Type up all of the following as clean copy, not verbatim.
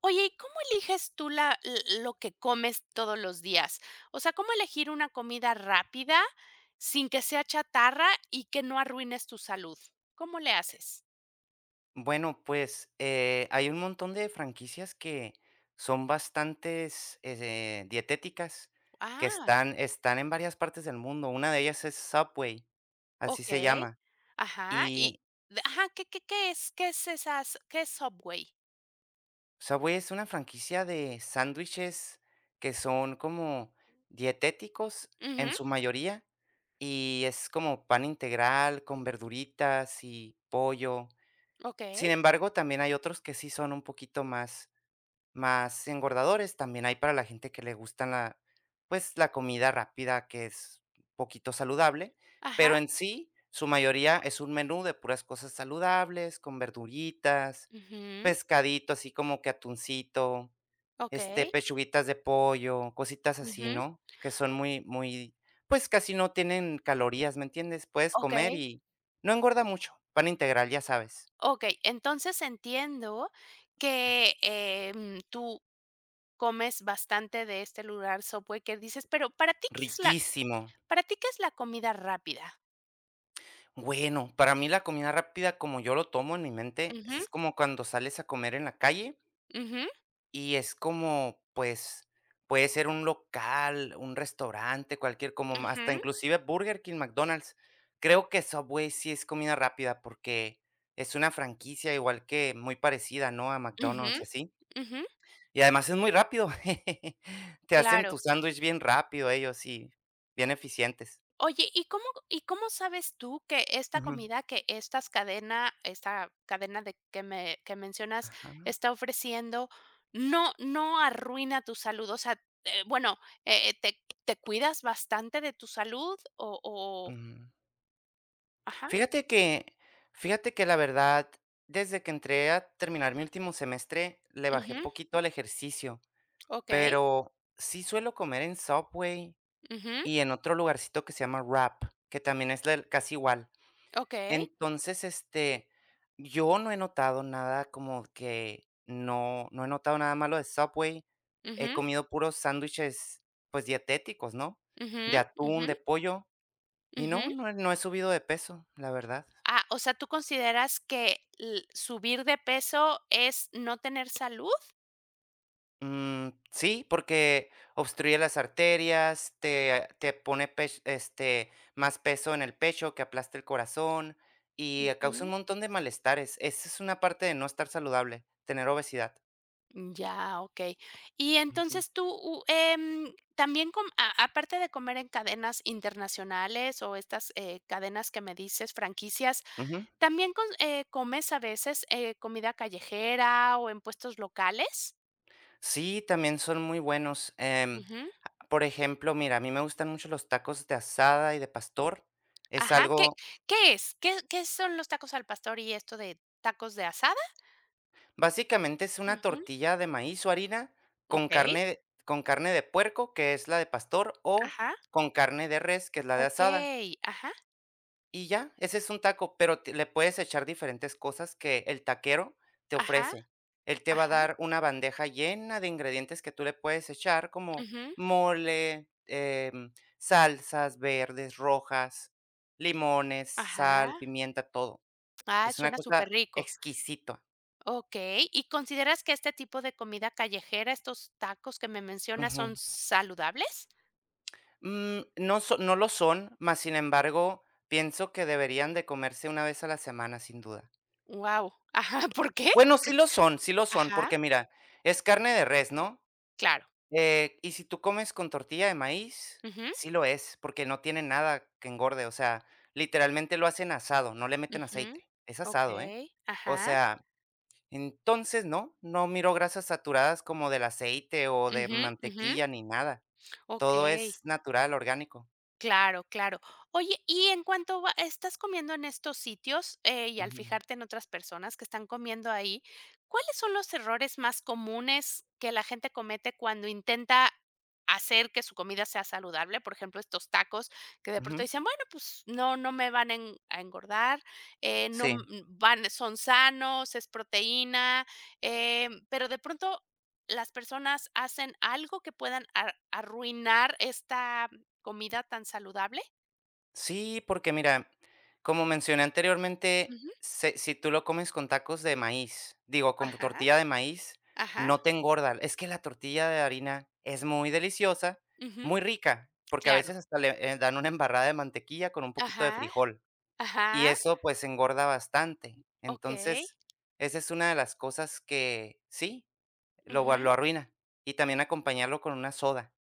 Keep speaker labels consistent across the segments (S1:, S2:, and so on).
S1: Oye, ¿y cómo eliges tú la l lo que comes todos los días? O sea, ¿cómo elegir una comida rápida sin que sea chatarra y que no arruines tu salud? ¿Cómo le haces?
S2: Bueno, pues, hay un montón de franquicias que son bastantes, dietéticas, que
S1: Ah,
S2: están en varias partes del mundo. Una de ellas es Subway, así se
S1: okey.
S2: llama.
S1: Ajá,
S2: Y
S1: qué qué qué es esas qué es Subway?
S2: Subway es una franquicia de sándwiches que son como dietéticos
S1: Ujú,
S2: en su mayoría, y es como pan integral con verduritas y pollo.
S1: okey.
S2: Sin embargo, también hay otros que sí son un poquito más engordadores. También hay para la gente que le gustan la, pues, la comida rápida, que es un poquito saludable,
S1: Ajá.
S2: pero en sí, su mayoría es un menú de puras cosas saludables, con verduritas,
S1: Ujú,
S2: pescadito, así como que atuncito,
S1: okey.
S2: pechuguitas de pollo, cositas así,
S1: Ujú,
S2: ¿no? Que son muy, muy, pues casi no tienen calorías, ¿me entiendes? Puedes comer
S1: okey,
S2: y no engorda mucho. Pan integral, ya sabes.
S1: okey. Entonces entiendo que, tú comes bastante de este lugar Subway que dices, pero para ti, ¿qué es la
S2: Riquísimo.
S1: para ti, ¿qué es la comida rápida?
S2: Bueno, para mí la comida rápida, como yo lo tomo en mi mente,
S1: Ujú,
S2: es como cuando sales a comer en la calle
S1: ujú,
S2: y es como, pues, puede ser un local, un restaurante, cualquier, como hasta
S1: ujú,
S2: inclusive Burger King, McDonald's. Creo que Subway sí es comida rápida porque es una franquicia igual que muy parecida, ¿no? A
S1: ujú,
S2: McDonald's y así.
S1: ujú.
S2: Y además es muy rápido. Te hacen
S1: Claro.
S2: tu sándwich bien rápido ellos y bien eficientes.
S1: Oye, ¿y cómo sabes tú que esta
S2: Ujú.
S1: comida, que esta cadena de que mencionas
S2: Ajá,
S1: está ofreciendo, no arruina tu salud? O sea, bueno, ¿te cuidas bastante de tu salud o
S2: ujú.
S1: ajá?
S2: Fíjate que fíjate que la verdad, desde que entré a terminar mi último semestre, le bajé
S1: Ujú,
S2: poquito al ejercicio,
S1: okey,
S2: pero sí suelo comer en Subway
S1: ujú,
S2: y en otro lugarcito que se llama Wrap, que también es del casi igual.
S1: okey,
S2: Entonces, yo no he notado nada como que no he notado nada malo de Subway. He
S1: ujú.
S2: comido puros sándwiches, pues, dietéticos, ¿no?
S1: Ujú,
S2: De atún,
S1: ujú,
S2: de pollo, y
S1: ujú.
S2: no, no he subido de peso, la verdad.
S1: Ah, o sea, ¿tú consideras que l subir de peso es no tener salud?
S2: Mm, sí, porque obstruye las arterias, te pone pech más peso en el pecho, que aplasta el corazón y
S1: Ujú.
S2: causa un montón de malestares. Esa es una parte de no estar saludable, tener obesidad.
S1: Ya, okey. Y
S2: Ujú,
S1: entonces tú, también com a aparte de comer en cadenas internacionales o estas, cadenas que me dices, franquicias,
S2: ujú.
S1: ¿también cons comes a veces, comida callejera o en puestos locales?
S2: Sí, también son muy buenos.
S1: Ujú.
S2: Por ejemplo, mira, a mí me gustan mucho los tacos de asada y de pastor. Es
S1: Ajá, ¿qué
S2: algo.
S1: qué es? ¿Qué son los tacos al pastor y esto de tacos de asada?
S2: Básicamente es una
S1: Ujú,
S2: tortilla de maíz o harina con
S1: okey.
S2: carne con carne de puerco, que es la de pastor, o
S1: Ajá,
S2: con carne de res, que es la de asada.
S1: okey, ajá,
S2: Y ya, ese es un taco, pero te le puedes echar diferentes cosas que el taquero te
S1: ajá,
S2: ofrece. Él te va a
S1: ajá,
S2: dar una bandeja llena de ingredientes que tú le puedes echar, como
S1: ujú,
S2: mole, salsas verdes, rojas, limones, sal,
S1: ajá.
S2: pimienta, todo.
S1: Ah,
S2: Es una
S1: suena súper
S2: cosa
S1: rico.
S2: exquisita.
S1: Okey, ¿y consideras que este tipo de comida callejera, estos tacos que me mencionas, son saludables?
S2: Mm, no so no lo son, mas, sin embargo, pienso que deberían de comerse una vez a la semana, sin duda.
S1: Wow, ajá, ¿por qué?
S2: Bueno,
S1: Porque,
S2: sí lo son,
S1: ajá,
S2: porque mira, es carne de res, ¿no?
S1: claro.
S2: Y si tú comes con tortilla de maíz,
S1: Ujú,
S2: sí lo es, porque no tiene nada que engorde, o sea, literalmente lo hacen asado, no le meten
S1: ujú,
S2: aceite, es asado, ¿eh?
S1: okey,
S2: O
S1: ajá,
S2: sea, entonces no, no miro grasas saturadas como del aceite o de
S1: ujú, ujú,
S2: mantequilla ni nada, todo
S1: okey.
S2: es natural, orgánico.
S1: Claro, claro. Oye, y en cuanto va estás comiendo en estos sitios, y al
S2: Ujú,
S1: fijarte en otras personas que están comiendo ahí, ¿cuáles son los errores más comunes que la gente comete cuando intenta hacer que su comida sea saludable? Por ejemplo, estos tacos, que de pronto
S2: ujú,
S1: dicen: "Bueno, pues no, no me van a en a engordar, no,
S2: sí.
S1: van son sanos, es proteína", pero de pronto las personas hacen algo que puedan ar arruinar esta comida tan saludable.
S2: Sí, porque mira, como mencioné anteriormente,
S1: Ujú.
S2: se si tú lo comes con tacos de maíz, digo, con
S1: Ajá,
S2: tortilla de maíz,
S1: ajá.
S2: no te engorda. Es que la tortilla de harina es muy deliciosa,
S1: Ujú,
S2: muy rica, porque a
S1: claro.
S2: veces hasta le, dan una embarrada de mantequilla con un poquito de
S1: Ajá,
S2: frijol, y
S1: ajá,
S2: eso, pues, engorda bastante.
S1: okey,
S2: Entonces, esa es una de las cosas que sí, lo gua
S1: ujú.
S2: lo arruina. Y también acompañarlo con una soda,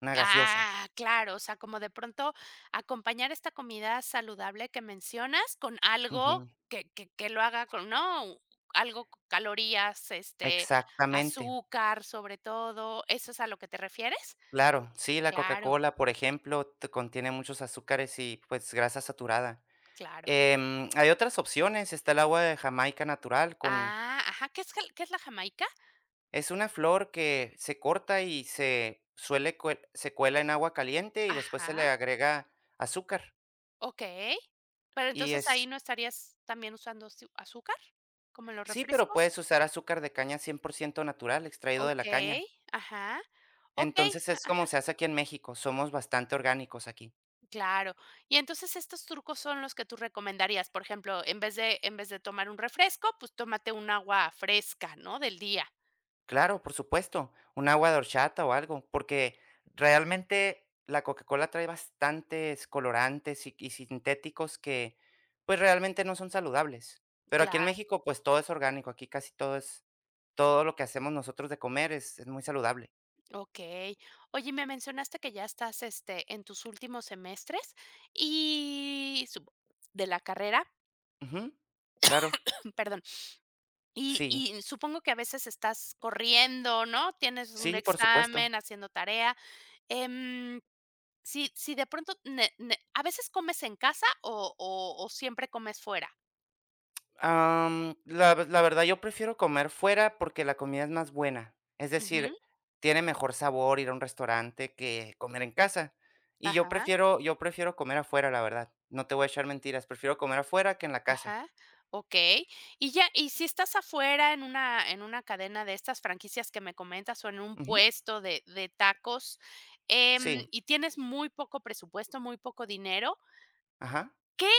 S2: una gaseosa.
S1: Ah, claro, o sea, como de pronto acompañar esta comida saludable que mencionas con algo,
S2: Ujú,
S1: que que lo haga, con ¿no? Algo con calorías,
S2: exactamente.
S1: azúcar, sobre todo, ¿eso es a lo que te refieres?
S2: Claro, sí, la
S1: Claro,
S2: Coca-Cola, por ejemplo, te contiene muchos azúcares y, pues, grasa saturada.
S1: claro.
S2: Hay otras opciones, está el agua de Jamaica natural con
S1: Ah, ajá, ¿qué es la jamaica?
S2: es una flor que se corta y se suele cue se cuela en agua caliente y después se
S1: Ajá.
S2: le agrega azúcar,
S1: Okey, pero
S2: y
S1: entonces ahí
S2: es
S1: no estarías también usando azu azúcar, como en los
S2: sí, pero
S1: refrescos.
S2: puedes usar azúcar de caña 100% natural, extraído de la
S1: Okey,
S2: caña.
S1: ajá, okey,
S2: Entonces, es
S1: ajá,
S2: como se hace aquí en México, somos bastante orgánicos aquí.
S1: claro. Y entonces estos trucos son los que tú recomendarías. Por ejemplo, en vez de tomar un refresco, pues tómate un agua fresca, ¿no? Del día.
S2: Claro, por supuesto, un agua de horchata o algo, porque realmente la Coca-Cola trae bastantes colorantes y sintéticos que pues realmente no son saludables. Pero aquí en
S1: Claro,
S2: México pues todo es orgánico, aquí casi todo es, todo lo que hacemos nosotros de comer es muy saludable.
S1: okey. Oye, me mencionaste que ya estás, en tus últimos semestres y sup de la carrera,
S2: Ujú. Claro,
S1: perdón. Y
S2: sí,
S1: y supongo que a veces estás corriendo, ¿no? Tienes un
S2: sí, por supuesto.
S1: examen, haciendo tarea. Em, si de pronto ne ne ¿a veces comes en casa o o siempre comes fuera?
S2: Am, la ve la verdad, yo prefiero comer fuera porque la comida es más buena. Es
S1: Ujú.
S2: decir, tiene mejor sabor ir a un restaurante que comer en casa. Y yo
S1: Ajá,
S2: prefiero yo prefiero comer afuera, la verdad. No te voy a echar mentiras, prefiero comer afuera que en la casa.
S1: ajá. Okey. Y ya, y si estás afuera en una cadena de estas franquicias que me comentas o en un
S2: Ujú.
S1: puesto de tacos,
S2: Sí,
S1: y tienes muy poco presupuesto, muy poco dinero,
S2: ajá,
S1: ¿qué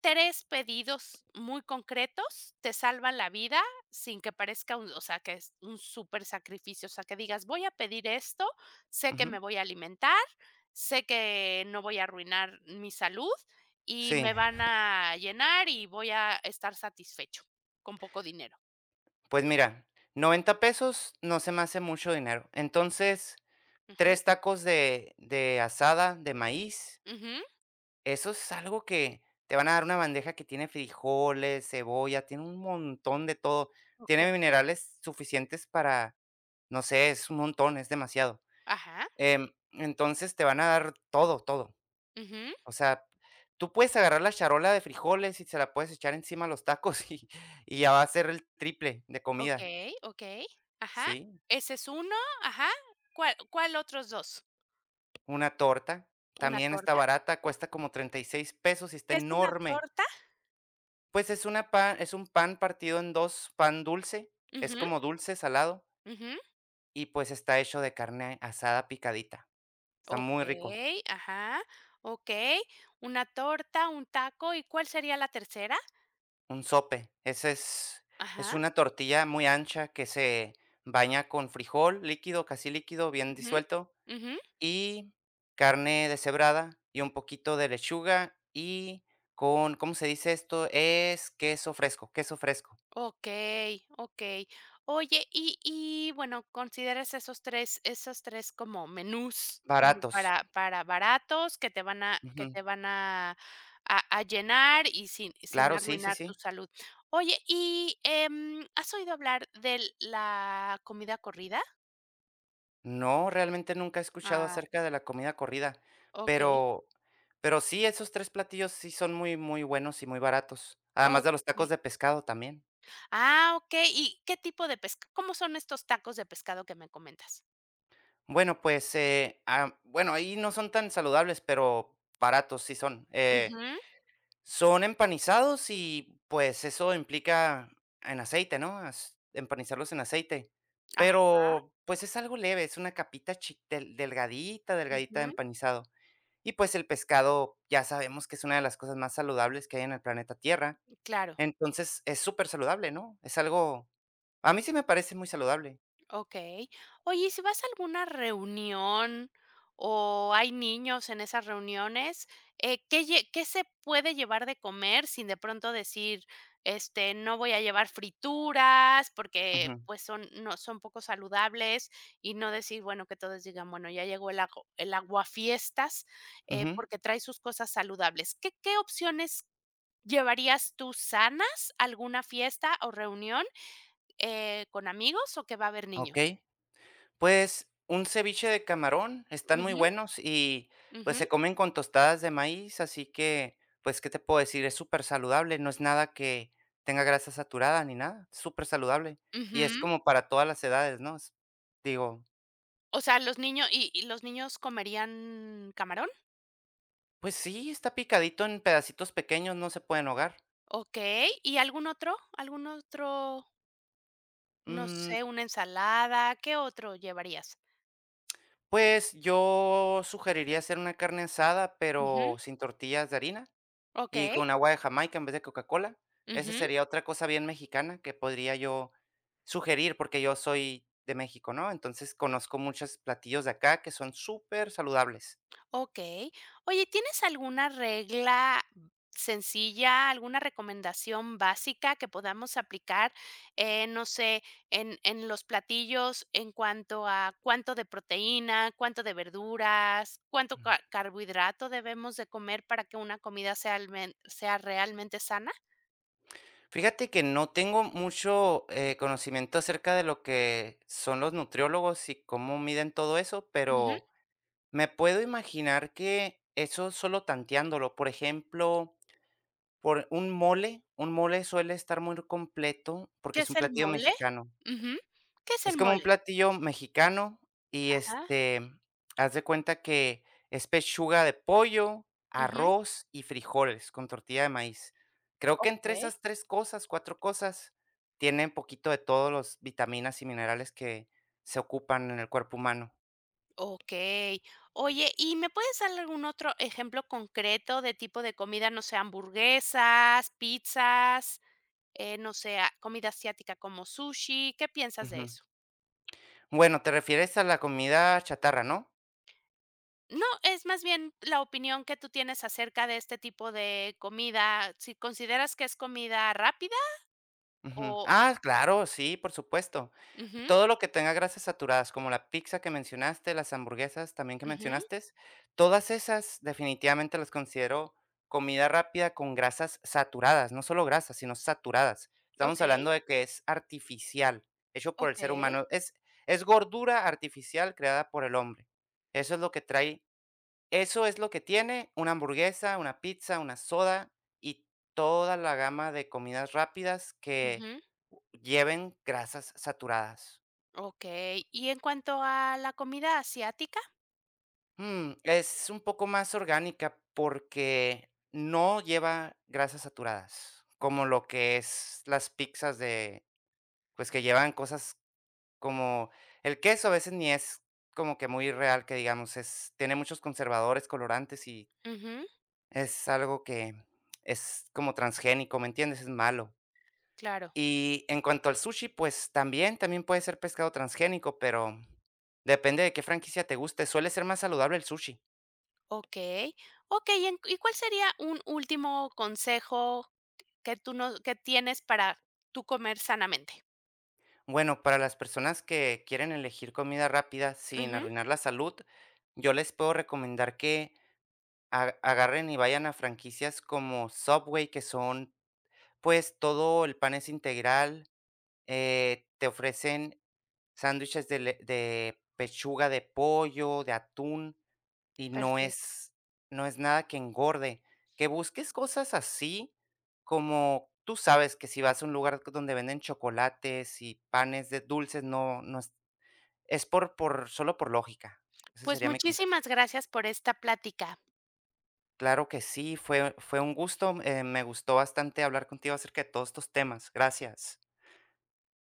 S1: 3 pedidos muy concretos te salvan la vida sin que parezca un o sea, que es un súper sacrificio? O sea, que digas: "Voy a pedir esto, sé que me
S2: ujú.
S1: voy a alimentar, sé que no voy a arruinar mi salud y
S2: Sí,
S1: me van a llenar y voy a estar satisfecho con poco dinero".
S2: pues mira, 90 pesos no se me hace mucho dinero. Entonces,
S1: Ujú,
S2: 3 tacos de asada de maíz.
S1: ujú.
S2: Eso es algo que te van a dar una bandeja que tiene frijoles, cebolla, tiene un montón de todo.
S1: Okey.
S2: Tiene minerales suficientes para, no sé, es un montón, es demasiado.
S1: Ajá,
S2: Entonces te van a dar todo, todo.
S1: ujú.
S2: O sea, tú puedes agarrar la charola de frijoles y se la puedes echar encima a los tacos y ya va a ser el triple de comida,
S1: Okey, okey. Ajá.
S2: ¿sí?
S1: Ese es uno, ajá. ¿Cuál otros 2?
S2: Una torta
S1: ¿Una
S2: también está
S1: torta?
S2: barata, cuesta como 36 pesos y está
S1: ¿Qué es una
S2: enorme.
S1: torta?
S2: Pues es una pan es un pan partido en 2, pan dulce, es
S1: Ujú,
S2: como dulce, salado,
S1: ujú.
S2: y pues está hecho de carne asada picadita. Está muy rico,
S1: Okey, ajá, okey. Una torta, un taco, ¿y cuál sería la tercera?
S2: un sope. Ese es
S1: Ajá,
S2: una tortilla muy ancha que se baña con frijol líquido, casi líquido, bien
S1: ujú,
S2: disuelto,
S1: ujú.
S2: y carne deshebrada y un poquito de lechuga y con, ¿cómo se dice esto? Es queso fresco,
S1: Okey, okey. Oye, y bueno, ¿consideras esos tres como menús, como
S2: baratos.
S1: para baratos, que te van a, que
S2: Ujú.
S1: te van a, llenar y sin
S2: Claro, sí, sí,
S1: arruinar tu
S2: sí.
S1: salud? Oye, y, ¿has oído hablar de la comida corrida?
S2: No, realmente nunca he escuchado
S1: Ah,
S2: acerca de la comida corrida,
S1: okey.
S2: pero pero sí, esos 3 platillos sí son muy, muy buenos y muy baratos, además de los tacos
S1: Okey.
S2: de pescado también.
S1: Ah, okey, ¿y qué tipo de pesca? ¿Cómo son estos tacos de pescado que me comentas?
S2: Bueno, pues, bueno, ahí no son tan saludables, pero baratos sí son,
S1: Ujú.
S2: son empanizados y, pues, eso implica en aceite, ¿no?, as empanizarlos en aceite,
S1: Ah,
S2: pero, pues, es algo leve, es una capita chi del delgadita, delgadita de
S1: ujú,
S2: empanizado. Y pues el pescado ya sabemos que es una de las cosas más saludables que hay en el planeta Tierra.
S1: claro.
S2: Entonces, es súper saludable, ¿no? Es algo a mí sí me parece muy saludable.
S1: Okey. Oye, ¿y si vas a alguna reunión o hay niños en esas reuniones, qué lle qué se puede llevar de comer sin de pronto decir, no voy a llevar frituras porque,
S2: Ujú,
S1: pues, son no son poco saludables? Y no decir, bueno, que todos digan, bueno, ya llegó el ago el aguafiestas,
S2: ujú,
S1: porque trae sus cosas saludables. ¿Qué opciones llevarías tú sanas a alguna fiesta o reunión, con amigos o que va a haber niños?
S2: okey. Pues, un ceviche de camarón, están muy
S1: Ujú,
S2: buenos y, pues,
S1: ujú,
S2: se comen con tostadas de maíz, así que, pues, ¿qué te puedo decir? Es súper saludable, no es nada que tenga grasa saturada ni nada, súper saludable. Y es
S1: ujú.
S2: como para todas las edades, ¿no? Es digo,
S1: O sea, los niños, ¿y los niños comerían camarón?
S2: pues sí, está picadito en pedacitos pequeños, no se pueden ahogar.
S1: Okey, ¿y algún otro? ¿Algún otro? No
S2: Mm,
S1: sé, una ensalada, ¿qué otro llevarías?
S2: pues yo sugeriría hacer una carne asada,
S1: Ujú,
S2: pero sin tortillas de harina y
S1: okey,
S2: con agua de Jamaica en vez de Coca-Cola. Esa
S1: ujú.
S2: sería otra cosa bien mexicana que podría yo sugerir, porque yo soy de México, ¿no? Entonces conozco muchos platillos de acá que son súper saludables.
S1: Okey. Oye, ¿tienes alguna regla sencilla, alguna recomendación básica que podamos aplicar, no sé, en los platillos, en cuanto a cuánto de proteína, cuánto de verduras, cuánto
S2: Mm.
S1: ca carbohidrato debemos de comer para que una comida sea realmente sana?
S2: Fíjate que no tengo mucho conocimiento acerca de lo que son los nutriólogos y cómo miden todo eso,
S1: Ujú.
S2: pero me puedo imaginar que eso solo tanteándolo, por ejemplo. Por un mole suele estar muy completo porque
S1: ¿Qué
S2: es un
S1: es el
S2: platillo
S1: mole?
S2: mexicano.
S1: Ujú. ¿Qué es el
S2: Es como un
S1: mole?
S2: platillo mexicano y,
S1: Ajá.
S2: haz de cuenta que es pechuga de pollo,
S1: Ujú.
S2: arroz y frijoles con tortilla de maíz. Creo que entre
S1: Okey.
S2: esas 3 cosas, 4 cosas, tienen poquito de todos los vitaminas y minerales que se ocupan en el cuerpo humano.
S1: Okey. Oye, ¿y me puedes dar algún otro ejemplo concreto de tipo de comida? No sé, hamburguesas, pizzas, no sé, ah, comida asiática como sushi, ¿qué piensas de
S2: Ujú.
S1: eso?
S2: Bueno, te refieres a la comida chatarra, ¿no?
S1: No, es más bien la opinión que tú tienes acerca de este tipo de comida, si consideras que es comida rápida
S2: Ujú.
S1: o
S2: Ah, claro, sí, por supuesto.
S1: Ujú,
S2: Todo lo que tenga grasas saturadas, como la pizza que mencionaste, las hamburguesas también que
S1: ujú,
S2: mencionaste, todas esas definitivamente las considero comida rápida con grasas saturadas, no solo grasas, sino saturadas. Estamos
S1: okey,
S2: hablando de que es artificial, hecho por el ser
S1: okey,
S2: humano. Es gordura artificial creada por el hombre. Eso es lo que trae eso es lo que tiene una hamburguesa, una pizza, una soda y toda la gama de comidas rápidas que
S1: ujú,
S2: lleven grasas saturadas.
S1: okey. Y en cuanto a la comida asiática,
S2: Mm, es un poco más orgánica porque no lleva grasas saturadas, como lo que es las pizzas de, pues que llevan cosas como el queso a veces ni es como que muy real, que digamos, es, tiene muchos conservadores, colorantes y.
S1: ujú,
S2: Es algo que es como transgénico, ¿me entiendes? Es malo.
S1: claro.
S2: Y en cuanto al sushi, pues también, también puede ser pescado transgénico, pero depende de qué franquicia te guste. Suele ser más saludable el sushi.
S1: Okey. Okey, en ¿y cuál sería un último consejo que tú no, que tienes para tú comer sanamente?
S2: Bueno, para las personas que quieren elegir comida rápida sin
S1: Ujú,
S2: arruinar la salud, yo les puedo recomendar que agarren y vayan a franquicias como Subway, que son, pues, todo el pan es integral, te ofrecen sándwiches de pechuga de pollo, de atún, y
S1: perfecto.
S2: no es nada que engorde. Que busques cosas así, como tú sabes que si vas a un lugar donde venden chocolates y panes de dulces, no es es por solo por lógica. Ese
S1: Pues
S2: sería mi consejo.
S1: muchísimas gracias por esta plática.
S2: Claro que sí, fue un gusto, me gustó bastante hablar contigo acerca de todos estos temas. Gracias.